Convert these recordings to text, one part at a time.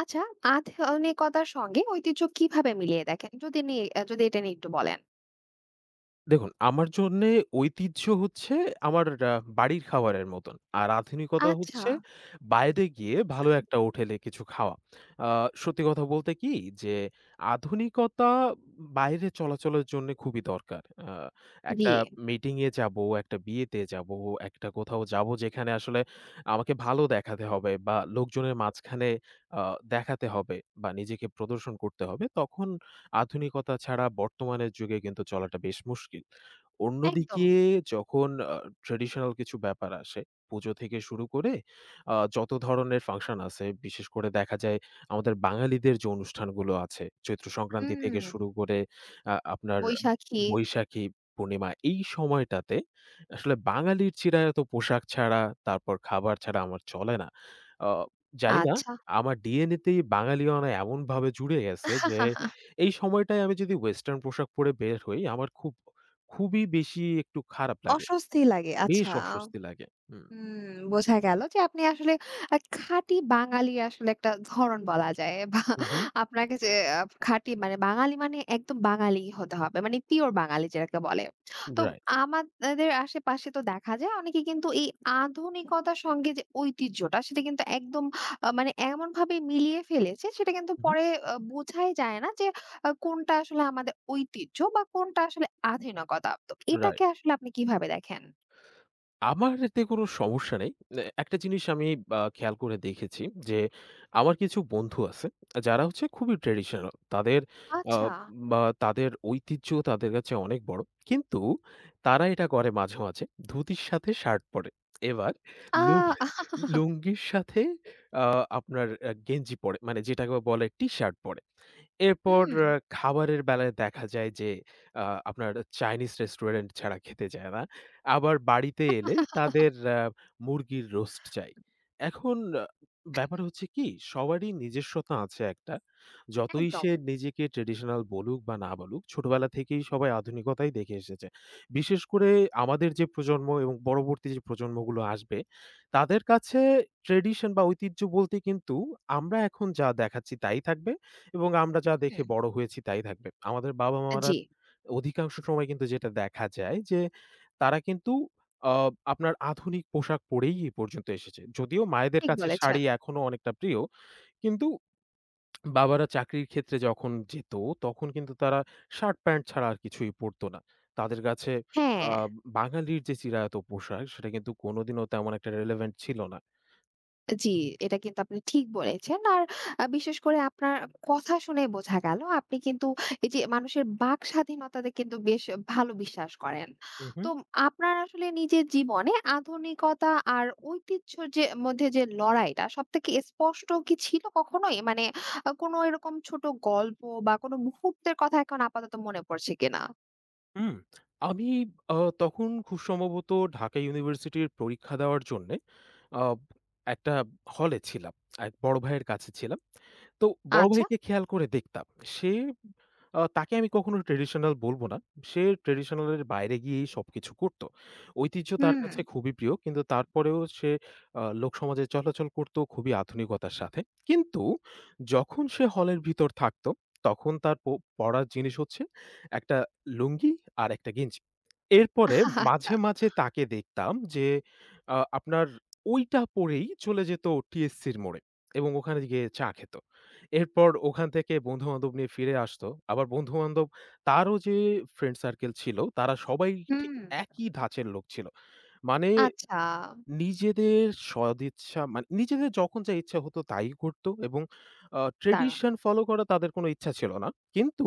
আচ্ছা, আধুনিকতার সঙ্গে ঐতিহ্য কিভাবে মিলিয়ে দেখেন? যদি এটা নিয়ে একটু বলেন। দেখুন, আমার জন্যে ঐতিহ্য হচ্ছে আমার বাড়ির খাবারের মতন। আর আধুনিকতা আচ্ছা। হচ্ছে বাইরে গিয়ে ভালো একটা হোটেলে কিছু খাওয়া। আ সত্যি কথা বলতে কি যে আধুনিকতা বাইরে চলাচলের জন্যে খুবই দরকার। জি, একটা মিটিংয়ে যাবো, একটা বিয়েতে যাবো, একটা কোথাও যাবো যেখানে আসলে আমাকে ভালো দেখাতে হবে বা লোকজনের মাঝখানে আ দেখাতে হবে বা নিজেকে প্রদর্শন করতে হবে তখন আধুনিকতা ছাড়া বর্তমানের যুগে কিন্তু চলাটা বেশ মুশকিল। একদম। অন্যদিকে যখন ট্র্যাডিশনাল কিছু ব্যাপার আসে, পুজো থেকে শুরু করে যত ধরনের ফাংশন আছে, বিশেষ করে দেখা যায় আমাদের বাঙালিদের যে অনুষ্ঠানগুলো আছে, চৈত্র সংক্রান্তি হুম, থেকে শুরু করে আপনার বৈশাখী। বৈশাখী পূর্ণিমা, এই সময়টাতে আসলে বাঙালির চিরায়ত পোশাক ছাড়া, তারপর খাবার ছাড়া আমার চলে না। আ জানি না, আচ্ছা। আমার ডিএনএ তেই বাঙালিয়ানা এমনভাবে জুড়ে গেছে যে এই সময়টায় আমি যদি ওয়েস্টার্ন পোশাক পরে বের হই, আমার খুবই বেশি একটু খারাপ লাগে। অস্বস্তি লাগে। বেশ আচ্ছা। অস্বস্তি লাগে। হুম। হুম, বোঝা গেল যে আপনি আসলে খাঁটি বাঙালি আসলে একটা ধরন বলা যায় বা হু, হু। আপনাকে যে আ খাঁটি মানে বাঙালি মানে একদম বাঙালি হতে হবে। মানে পিওর বাঙালি যেটাকে বলে। তো রাইট। আমাদের আশেপাশে তো দেখা যায় অনেকে কিন্তু এই আধুনিকতার সঙ্গে যে ঐতিহ্যটা সেটা কিন্তু একদম মানে এমনভাবে মিলিয়ে ফেলেছে সেটা কিন্তু হু, হু। পরে বোঝাই যায় না যে কোনটা আসলে আমাদের ঐতিহ্য বা কোনটা আসলে আধুনিকতা। তো এটাকে রাইট। আসলে আপনি কিভাবে দেখেন? আমার এতে কোনো সমস্যা নেই। এ একটা জিনিস আমি খেয়াল করে দেখেছি যে, আমার কিছু বন্ধু আছে যারা হচ্ছে খুবই ট্র্যাডিশনাল। তাদের আ আচ্ছা। বা তাদের ঐতিহ্য তাদের কাছে অনেক বড়। কিন্তু তারা এটা করে মাঝে, মাঝে ধুতির সাথে শার্ট পরে। এবার আ লু লুঙ্গির সাথে আ আপনার গেঞ্জি পরে। মানে যেটাকে বলে টি-শার্ট পরে। এরপর হুম, আ খাবারের বেলায় দেখা যায় যে, আ আপনার চাইনিজ রেস্টুরেন্ট ছাড়া খেতে যায় না। আবার বাড়িতে এলে তাদের মুরগির রোস্ট চাই। এখন আ ব্যাপার হচ্ছে কি সবারই নিজস্বতা আছে একটা। যতই একদম। সে নিজেকে ট্র্যাডিশনাল বলুক বা না বলুক, ছোটবেলা থেকেই সবাই আধুনিকতাই দেখে এসেছে। বিশেষ করে আমাদের যে প্রজন্ম এবং পরবর্তী যে প্রজন্মগুলো আসবে, তাদের কাছে ট্র্যাডিশন বা ঐতিহ্য বলতে কিন্তু আমরা এখন যা দেখাচ্ছি তাই থাকবে এবং আমরা যা দেখে হুম, বড় হয়েছি তাই থাকবে। আমাদের বাবা-মারা জি, অধিকাংশ সময় কিন্তু যেটা দেখা যায় যে তারা কিন্তু আ আপনার আধুনিক পোশাক পরেই এ পর্যন্ত এসেছে। যদিও মায়েদের ঠিক কাছে বলেছেন। শাড়ি এখনো অনেকটা প্রিয়। কিন্তু বাবারা চাকরির ক্ষেত্রে যখন যেত, তখন কিন্তু তারা শার্ট-প্যান্ট ছাড়া আর কিছুই পরত না। তাদের কাছে হ্যাঁ, আ বাঙালির যে চিরায়ত পোশাক, সেটা কিন্তু কোনোদিনও তেমন একটা রেলেভেন্ট ছিল না। জি, এটা কিন্তু আপনি ঠিক বলেছেন। আর বিশেষ করে আপনার কথা শুনে বোঝা গেল আপনি কিন্তু এই যে মানুষের বাক স্বাধীনতাতে কিন্তু বেশ ভালো বিশ্বাস করেন। তো উহু, আপনার আসলে নিজের জীবনে আধুনিকতা আর ঐতিহ্যর যে মধ্যে যে লড়াইটা সবথেকে স্পষ্ট কি ছিল কখনোই? মানে কোনো এরকম ছোট গল্প বা কোনো মুহূর্তের কথা এখন আপাতত মনে পড়ছে কিনা? হুম। আমি আ তখন খুব সম্ভবত ঢাকা ইউনিভার্সিটির পরীক্ষা দেওয়ার জন্যে আ একটা হলে ছিলাম। এক বড় ভাইয়ের কাছে ছিলাম। তো বড় আচ্ছা। ভাইকে খেয়াল করে দেখতাম। সে তাকে আমি কখনো ট্র্যাডিশনাল বলব না। সে ট্র্যাডিশনাল এর বাইরে গিয়েই সবকিছু করত। ঐতিহ্য তার হুম, কাছে খুবই প্রিয়। কিন্তু তারপরেও সে লোকসমাজে চলাচল করত খুবই আধুনিকতার সাথে। কিন্তু যখন সে হলের ভিতর থাকত, তখন তার পড়ার জিনিস হচ্ছে একটা লুঙ্গি আর একটা গেঞ্জি। এরপরে আচ্ছা। মাঝে, মাঝে তাকে দেখতাম যে আপনার ঐটা পরেই চলে যেত টিএসসির মোড়ে এবং ওখানে গিয়ে চা খেত। এরপর ওখান থেকে বন্ধু-বান্ধব নিয়ে ফিরে আসতো। আবার বন্ধু-বান্ধব তারও যে ফ্রেন্ড সার্কেল ছিল, তারা সবাই ঠিক হুম। একই ধাঁচের লোক ছিল। মানে আচ্ছা, নিজেদের সদিচ্ছা মানে নিজেদের যখন যা ইচ্ছা হতো তাই করত এবং দারুণ। ট্র্যাডিশন ফলো করা তাদের কোনো ইচ্ছা ছিল না। কিন্তু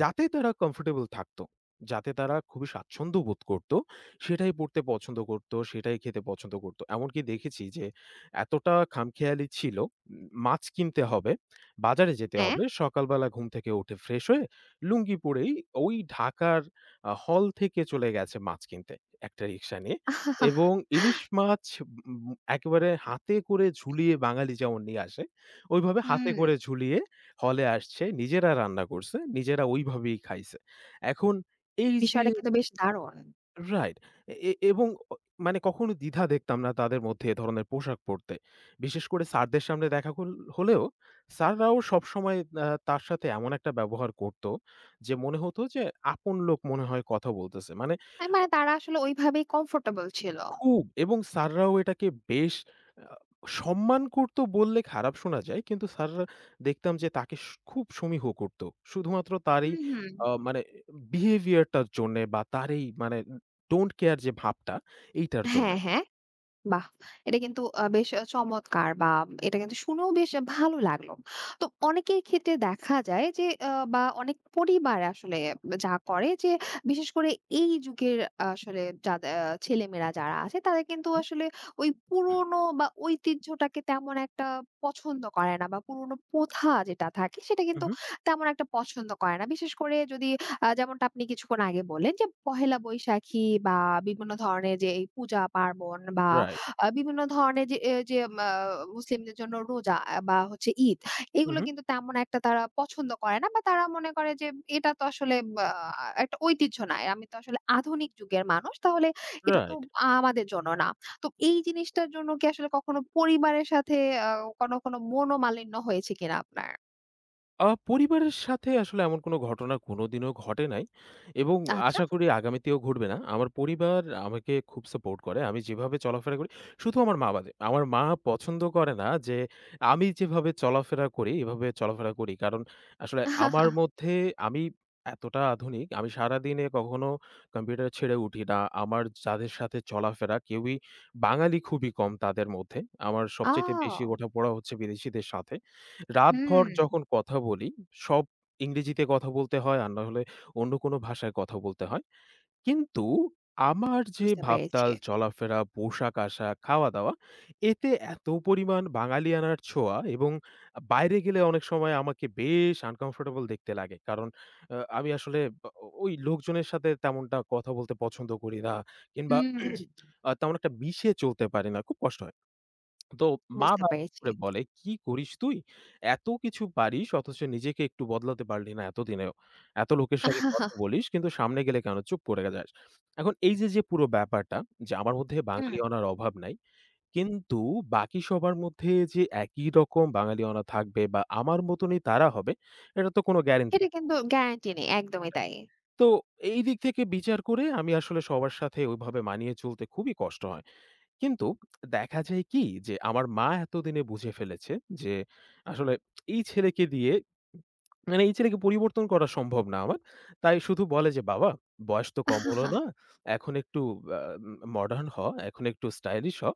যাতে তারা কমফোর্টেবল থাকতো। যাতে তারা খুবই স্বাচ্ছন্দ্য বোধ করত, সেটাই পড়তে পছন্দ করত, সেটাই খেতে পছন্দ করত। এমনকি দেখেছি যে এতটা খামখেয়ালি ছিল, মাছ কিনতে হবে, বাজারে যেতে হ্যাঁ। হবে। সকালবেলা ঘুম থেকে উঠে ফ্রেশ হয়ে লুঙ্গি পরেই ওই ঢাকার হল থেকে চলে গেছে মাছ কিনতে একটা রিক্সা নিয়ে এবং ইলিশ মাছ একেবারে হাতে করে ঝুলিয়ে বাঙালি যেমন নিয়ে আসে, ওইভাবে হুম। হাতে করে ঝুলিয়ে হলে আসছে, নিজেরা রান্না করছে, নিজেরা ওইভাবেই খাইছে। এখন এই যে বিষয়টা কিন্তু বেশ দারুণ। রাইট। এ এ এবং অ মানে কখনো দ্বিধা দেখতাম না তাদের মধ্যে এ ধরনের পোশাক পরতে। বিশেষ করে স্যারদের সামনে দেখা হল হলেও স্যাররাও সবসময় তার সাথে এমন একটা ব্যবহার করত যে মনে হতো যে আপন লোক মনে হয় কথা বলতেছে। মানে মানে তারা আসলে ওইভাবেই কমফোর্টেবল ছিল। খুব এবং স্যাররাও এটাকে বেশ আ সম্মান করত বললে খারাপ শোনা যায়। কিন্তু স্যাররা দেখতাম যে তাকে খুব সমীহ করত। শুধুমাত্র তার এই হুম, হুম। মানে বিহেভিয়ার টার জন্যে বা তার এই মানে ডোন্ট কেয়ার যে ভাবটা এইটার জন্যে। হ্যাঁ, হ্যাঁ। বাহ! এটা কিন্তু বেশ চমৎকার বা এটা কিন্তু শুনেও বেশ ভালো লাগলো। তো অনেকের ক্ষেত্রে দেখা যায় যে বা অনেক পরিবার আসলে যা করে যে বিশেষ করে এই যুগের আসলে যাদে আ ছেলেমেয়েরা যারা আছে তারা কিন্তু আসলে ওই পুরনো বা ঐতিহ্যটাকে তেমন একটা পছন্দ করে না বা পুরনো প্রথা যেটা থাকে সেটা হু, কিন্তু হু, তেমন একটা পছন্দ করে না। বিশেষ করে যদি যেমনটা আপনি কিছুক্ষণ আগে বললেন যে পহেলা বৈশাখী বা বিভিন্ন ধরনের যে এই পূজা পার্বণ বা রাইট, বিভিন্ন ধরনের যে, এ যে মা মুসলিমদের জন্য রোজা বা হচ্ছে ঈদ, হু, এগুলো হু, কিন্তু তেমন একটা তারা পছন্দ করে না বা তারা মনে করে যে, এটা তো আসলে বা একটা ঐতিহ্য না। আমি তো আসলে আধুনিক যুগের মানুষ। তাহলে এটা তো রাইট। আমাদের জন্য না। তো এই জিনিসটার জন্য কি আসলে কখনো পরিবারের সাথে আ কোনো মনোমালিন্য হয়েছে কিনা আপনার? পরিবারের সাথে আসলে এমন কোনো ঘটনা কোনোদিনও ঘটে নাই এবং আচ্ছা। আশা করি আগামীতেও ঘটবে না। আমার পরিবার আমাকে খুব সাপোর্ট করে। আমি যেভাবে চলাফেরা করি, শুধু আমার মা বাদে। আমার মা পছন্দ করে না যে আমি যেভাবে চলাফেরা করি, এভাবে চলাফেরা করি। কারণ আসলে আমার মধ্যে আমি এতটা আধুনিক, আমি সারাদিনে কখনো কম্পিউটার ছেড়ে উঠি না। আমার যাদের সাথে চলাফেরা কেউই বাঙালি খুবই কম তাদের মধ্যে। আমার সবচাইতে বেশি আ ওঠাপড়া হচ্ছে বিদেশীদের সাথে। রাতভর হুম, যখন কথা বলি, সব ইংরেজিতে কথা বলতে হয় আর না হলে অন্য কোনো ভাষায় কথা বলতে হয়। কিন্তু আমার যে বুঝতে পেরেছি। ভাবতাল, চলাফেরা, পোশাক-আশাক, খাওয়া-দাওয়া এতে এত পরিমাণ বাঙালিয়ানার ছোঁয়া এবং বাইরে গেলে অনেক সময় আমাকে বেশ uncomfortable দেখতে লাগে। কারণ আমি আসলে বা ওই লোকজনের সাথে তেমনটা কথা বলতে পছন্দ করি না কিংবা হুম, তেমন একটা মিশে চলতে পারি না। খুব কষ্ট হয়। তো মা বুঝতে বারবার পেরেছি। করে বলে, "কি করিস তুই? এত কিছু পারিস অথচ নিজেকে একটু বদলাতে পারলি না এতদিনেও। এত লোকের সাথে কথা বলিস কিন্তু সামনে গেলে কেন চুপ করে যাস?" এখন এই যে, যে পুরো ব্যাপারটা যে আমার মধ্যে হুম, বাঙালিয়ানার অভাব নাই। কিন্তু বাকি সবার মধ্যে যে একই রকম বাঙালিয়ানা থাকবে বা আমার মতনই তারা হবে এটা তো কোনো গ্যারান্টি। সেটা কিন্তু গ্যারান্টি নেই। একদমই তাই। তো এই দিক থেকে বিচার করে আমি আসলে সবার সাথে ওইভাবে মানিয়ে চলতে খুবই কষ্ট হয়। কিন্তু দেখা যায় কি যে আমার মা এতদিনে বুঝে ফেলেছে যে আসলে এই ছেলেকে দিয়ে মানে এই ছেলেকে পরিবর্তন করা সম্ভব না আমার। তাই শুধু বলে যে, "বাবা বয়স তো কম হলো না। এখন একটু আ মডার্ন হ, এখন একটু স্টাইলিশ হ।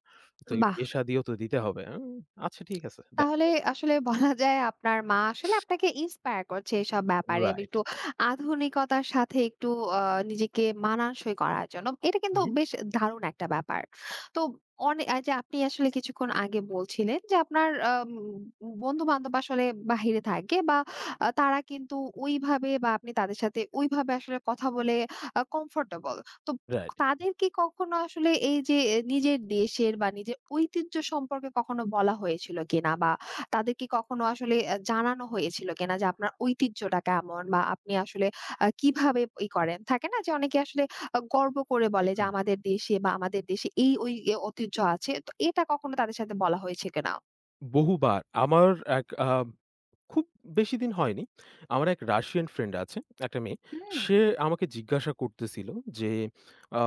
তোকে বাহ! বিয়ে-শাদিও তো দিতে হবে। আচ্ছা ঠিক আছে দেখা তাহলে যাবে।" আসলে বলা যায় আপনার মা আসলে আপনাকে ইন্সপায়ার করছে এসব ব্যাপারে রাইট। একটু আধুনিকতার সাথে একটু আ নিজেকে মানানসই করার জন্য। এটা কিন্তু উহু, বেশ দারুণ একটা ব্যাপার। তো এই যে আপনি আসলে কিছুক্ষণ আগে বলছিলেন যে আপনার বন্ধু-বান্ধব আসলে বাহিরে থাকে বা তারা কিন্তু ওইভাবে বা আপনি তাদের সাথে ওইভাবে আসলে কথা বলে কমফোর্টেবল। তো রাইট। তাদেরকে কখনো আসলে এই যে নিজের দেশের বা নিজের ঐতিহ্য সম্পর্কে কখনো বলা হয়েছিল কিনা? বা তাদেরকে কখনো আসলে জানানো হয়েছিল কিনা যে আপনার ঐতিহ্যটা কেমন? বা আপনি আসলে কিভাবে করেন? থাকে না যে অনেকে আসলে গর্ব করে বলে যে হুম। আমাদের দেশে বা আমাদের দেশে এই ওই ঐতিহ্য আছে। তো এটা কখনো তাদের সাথে বলা হয়েছে কিনা? বহুবার আমার এক খুব বেশি দিন হয়নি। আমার এক রাশিয়ান ফ্রেন্ড আছে, একটা মেয়ে। হুম। সে আমাকে জিজ্ঞাসা করতেছিল যে, আ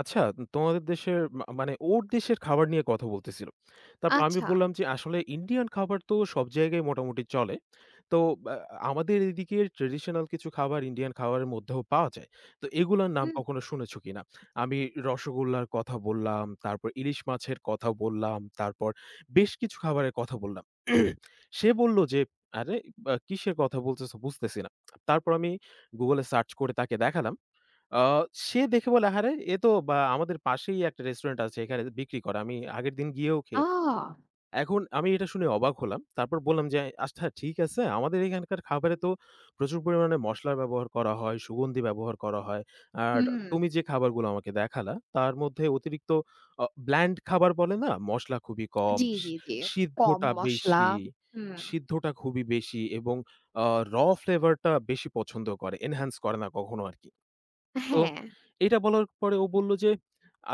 "আচ্ছা তোমাদের দেশের মা মানে ওর দেশের খাবার নিয়ে কথা বলতেছিল।" তারপর আমি আচ্ছা। বললাম যে, "আসলে ইন্ডিয়ান খাবার তো সব জায়গায় মোটামুটি চলে। তো আ আমাদের এদিকের ট্র্যাডিশনাল কিছু খাবার ইন্ডিয়ান খাবারের মধ্যেও পাওয়া যায়। তো এগুলার নাম হুম। কখনো শুনেছ কিনা?" আমি রসগোল্লার কথা বললাম, তারপর ইলিশ মাছের কথা বললাম, তারপর বেশ কিছু খাবারের কথা বললাম। সে বলল যে আরে বা কিসের কথা বলতেছো বুঝতেছি না। তারপর আমি Google এ সার্চ করে তাকে দেখালাম। আ সে দেখে বলে, "আহারে! এ তো বা আমাদের পাশেই একটা রেস্টুরেন্ট আছে এখানে বিক্রি করে। আমি আগের দিন গিয়েও আ খেয়েছি।" এখন আমি এটা শুনে অবাক হলাম। তারপর বললাম যে, "আচ্ছা ঠিক আছে, আমাদের এখানকার খাবারে তো প্রচুর পরিমাণে মসলার ব্যবহার করা হয়, সুগন্ধি ব্যবহার করা হয়। আর হুম। তুমি যে খাবারগুলো আমাকে দেখালা, তার মধ্যে অতিরিক্ত ব্ল্যান্ড খাবার বলে না? মসলা খুবই কম, জি, জি, জি। কম সিদ্ধটা মসলা। বেশি হুম। সিদ্ধটা খুবই বেশি এবং আ র ফ্লেভার টা বেশি পছন্দ করে। এনহ্যান্স করে না কখনো আরকি।" তো হ্যাঁ। এটা বলার পরে ও বলল যে,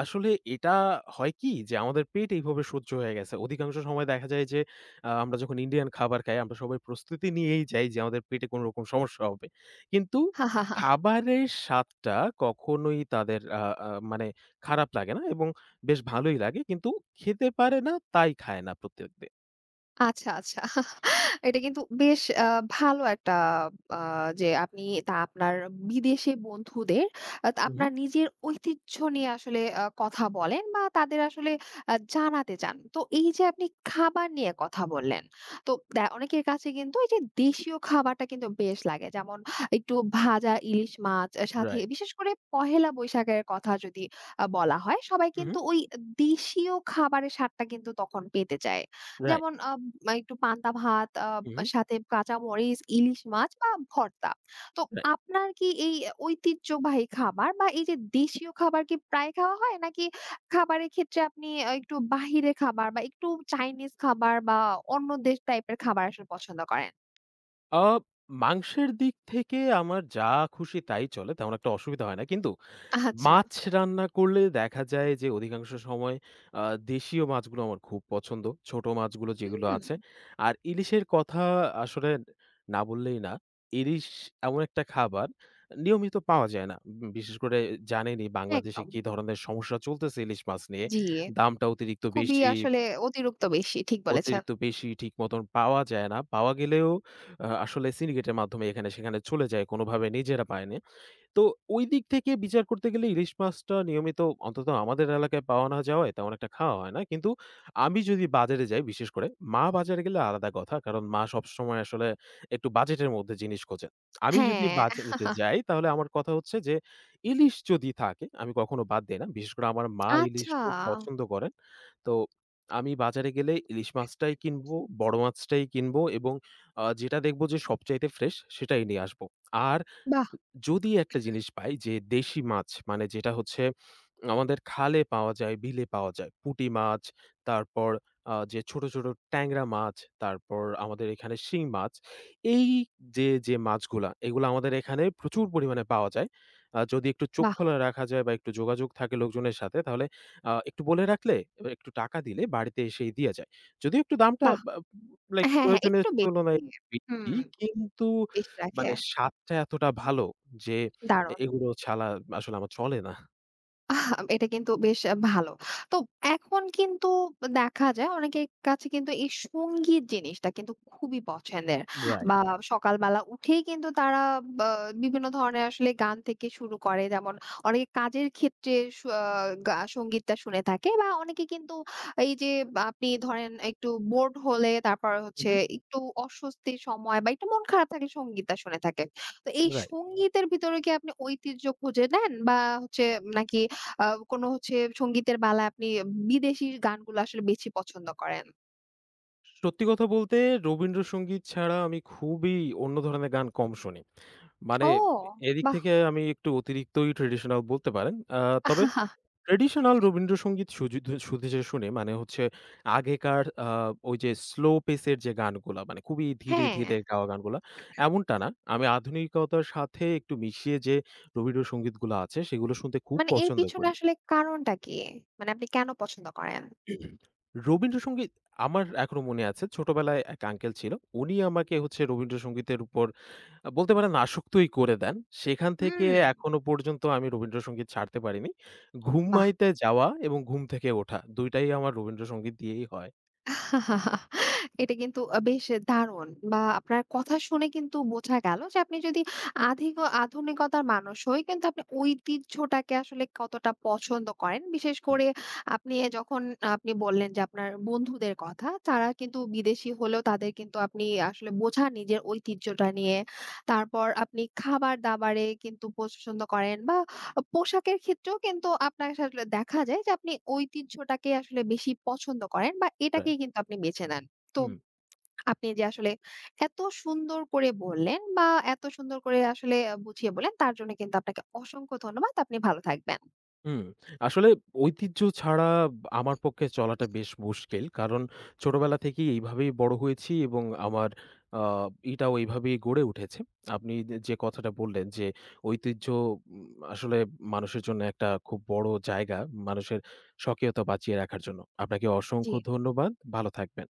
"আসলে এটা হয় কি যে আমাদের পেট এইভাবে সহ্য হয়ে গেছে।" অধিকাংশ সময় দেখা যায় যে আমরা যখন ইন্ডিয়ান খাবার খাই আমরা সবাই প্রস্তুতি নিয়েই যাই যে আমাদের পেটে কোন রকম সমস্যা হবে। কিন্তু হা হা হা খাবারের স্বাদটা কখনোই তাদের আ আ মানে খারাপ লাগে না এবং বেশ ভালোই লাগে। কিন্তু খেতে পারে না তাই খায় না প্রত্যেকদিন। আচ্ছা, আচ্ছা। এটা কিন্তু বেশ ভালো একটা আ যে আপনি আপনার বিদেশি বন্ধুদের উহু। আপনার নিজের ঐতিহ্য নিয়ে আসলে কথা বলেন বা তাদের আসলে জানাতে চান। তো এই যে আপনি খাবার নিয়ে কথা বললেন। তো অনেকের কাছে কিন্তু এই যে দেশীয় খাবারটা কিন্তু বেশ লাগে। যেমন একটু ভাজা ইলিশ মাছ সাথে রাইট। বিশেষ করে পহেলা বৈশাখের কথা যদি বলা হয়, সবাই উহু, কিন্তু ওই দেশীয় খাবারের স্বাদটা কিন্তু তখন পেতে চায়। রাইট। যেমন মা একটু পান্তা ভাত উহু। সাথে কাঁচামরিচ, ইলিশ মাছ বা ভর্তা। তো আপনার কি এই ঐতিহ্যবাহী খাবার বা এই যে দেশীয় খাবার কি প্রায় খাওয়া হয়? নাকি খাবারের ক্ষেত্রে আপনি একটু বাহিরে খাবার বা একটু চাইনিজ খাবার বা অন্য দেশ টাইপের খাবার আসলে পছন্দ করেন? আ মাংসের দিক থেকে আমার যা খুশি তাই চলে। তেমন একটা অসুবিধা হয় না। কিন্তু আচ্ছা। মাছ রান্না করলে দেখা যায় যে অধিকাংশ সময় আ দেশীয় মাছগুলো আমার খুব পছন্দ। ছোট মাছগুলো যেগুলো হুম, আছে। আর ইলিশের কথা আসলে না বললেই না। ইলিশ এমন একটা খাবার নিয়মিত পাওয়া যায় না। বিশেষ করে জানেনই বাংলাদেশে একদম। কি ধরনের সমস্যা চলতেছে ইলিশ মাছ নিয়ে। জি, দামটা অতিরিক্ত খুবই বেশি। আসলে অতিরিক্ত বেশি। ঠিক বলেছেন। অতিরিক্ত বেশি ঠিক মতন পাওয়া যায় না। পাওয়া গেলেও আসলে সিন্ডিকেটের মাধ্যমে এখানে সেখানে চলে যায়। কোনোভাবে নিজেরা পায় না। তো ওই দিক থেকে বিচার করতে গেলে ইলিশ মাছটা নিয়মিত অন্তত আমাদের এলাকায় পাওয়া না যাওয়ায় তেমন একটা খাওয়া হয় না। কিন্তু আমি যদি বাজারে যাই বিশেষ করে, মা বাজারে গেলে আলাদা কথা। কারণ মা সবসময় আসলে একটু বাজেটের মধ্যে জিনিস খোঁজে। আমি যদি হ্যাঁ, বাজারে যাই তাহলে আমার কথা হচ্ছে যে ইলিশ যদি থাকে আমি কখনো বাদ দেই না। বিশেষ করে আমার মা ইলিশ আচ্ছা। খুব পছন্দ করেন। তো আমি বাজারে গেলে ইলিশ মাছটাই কিনবো, বড় মাছটাই কিনবো এবং যেটা দেখবো যে সবচাইতে ফ্রেশ সেটাই নিয়ে আসবো। আর বাহ! যদি একটা জিনিস পাই যে দেশি মাছ মানে যেটা হচ্ছে আমাদের খালে পাওয়া যায়, বিলে পাওয়া যায়। পুঁটি মাছ, তারপর যে ছোট, ছোট ট্যাংরা মাছ, তারপর আমাদের এখানে শিং মাছ। এই যে, যে মাছগুলা, এগুলা আমাদের এখানে প্রচুর পরিমাণে পাওয়া যায়। যদি একটু চোখ বাহ! খোলা রাখা যায় বা একটু যোগাযোগ থাকে লোকজনের সাথে, তাহলে একটু বলে রাখলে, এ একটু টাকা দিলে বাড়িতে এসেই দিয়ে যায়। যদিও একটু দামটা বাহ! বা লাইক হ্যাঁ, হ্যাঁ, প্রয়োজনের একটু বেশি। তুলনায় বেশি, হুম, কিন্তু বেশি রাখে। মানে স্বাদটা এতটা ভালো যে, দারুণ! এগুলো ছাড়া আসলে আমার চলে না। আহ! এটা কিন্তু বেশ ভালো। তো এখন কিন্তু দেখা যায় অনেকের কাছে কিন্তু এই সঙ্গীত জিনিসটা কিন্তু খুবই পছন্দের। রাইট। বা সকালবেলা উঠেই কিন্তু তারা বা বিভিন্ন ধরনের আসলে গান থেকে শুরু করে। যেমন অনেকে কাজের ক্ষেত্রে স আ সঙ্গীতটা শুনে থাকে বা অনেকে কিন্তু এই যে আপনি ধরেন একটু বোরড হলে তারপর হুম, হচ্ছে হুম। একটু অস্বস্তির সময় বা একটু মন খারাপ থাকলে সঙ্গীতটা শুনে থাকে। তো এই রাইট। সঙ্গীতের ভিতরে কি আপনি ঐতিহ্য খুঁজে নেন বা হচ্ছে নাকি আ কোনো হচ্ছে সংগীতের বালায় আপনি বিদেশি গানগুলো আসলে বেশি পছন্দ করেন। সত্যি কথা বলতে রবীন্দ্রসঙ্গীত ছাড়া আমি খুবই অন্য ধরনের গান কম শুনি। মানে ও! এদিক বাহ! থেকে আমি একটু অতিরিক্তই ট্র্যাডিশনাল বলতে পারেন। তবে আহাহা, ট্র্যাডিশনাল রবীন্দ্রসঙ্গীত শুধু যে শুনি মানে হচ্ছে আগেকার ওই যে স্লো পেসের যে গানগুলা মানে খুবই ধীরে, হ্যাঁ, ধীরে গাওয়া গানগুলা এমনটা না। আমি আধুনিকতার সাথে একটু মিশিয়ে যে রবীন্দ্রসঙ্গীতগুলা আছে সেগুলো শুনতে খুব মানে এর পছন্দ পিছনে করি। আসলে কারণটা কি? মানে আপনি কেন পছন্দ করেন? রবীন্দ্রসঙ্গীত আমার এখনো মনে আছে। ছোটবেলায় এক আঙ্কেল ছিল। উনি আমাকে হচ্ছে রবীন্দ্রসঙ্গীতের উপর বলতে পারেন আসক্তই করে দেন। সেখান থেকে হুম। এখনো পর্যন্ত আমি রবীন্দ্রসঙ্গীত ছাড়তে পারিনি। বাহ! ঘুমাইতে যাওয়া এবং ঘুম থেকে ওঠা ২ টাই আমার রবীন্দ্রসঙ্গীত দিয়েই হয়। এটা কিন্তু বেশ দারুণ বা আপনার কথা শুনে কিন্তু বোঝা গেল যে আপনি যদি আধিক আধুনিকতার মানুষ হই কিন্তু আপনি ঐতিহ্যটাকে আসলে কতটা পছন্দ করেন। বিশেষ হুম, করে আপনি যখন আপনি বললেন যে আপনার বন্ধুদের কথা তারা কিন্তু বিদেশি হলেও তাদের কিন্তু আপনি আসলে বোঝান নিজের ঐতিহ্যটা নিয়ে। তারপর আপনি খাবার-দাবারে কিন্তু পছন্দ করেন বা পোশাকের ক্ষেত্রেও কিন্তু আপনার আসলে দেখা যায় যে আপনি ঐতিহ্যটাকে আসলে বেশি পছন্দ করেন বা রাইট। এটাকেই কিন্তু আপনি বেছে নেন। তো হুম। আপনি যে আসলে এত সুন্দর করে বললেন বা এত সুন্দর করে আসলে বুঝিয়ে বললেন তার জন্য কিন্তু আপনাকে অসংখ্য ধন্যবাদ। আপনি ভালো থাকবেন। হুম, আসলে ঐতিহ্য ছাড়া আমার পক্ষে চলাটা বেশ মুশকিল। কারণ ছোটবেলা থেকেই এইভাবেই বড় হয়েছি এবং আমার আ এটাও এইভাবেই গড়ে উঠেছে। আপনি যে যে কথাটা বললেন যে ঐতিহ্য উম আসলে মানুষের জন্য একটা খুব বড় জায়গা, মানুষের স্বকীয়তা বাঁচিয়ে রাখার জন্য। আপনাকে অসংখ্য জি। ধন্যবাদ। ভালো থাকবেন।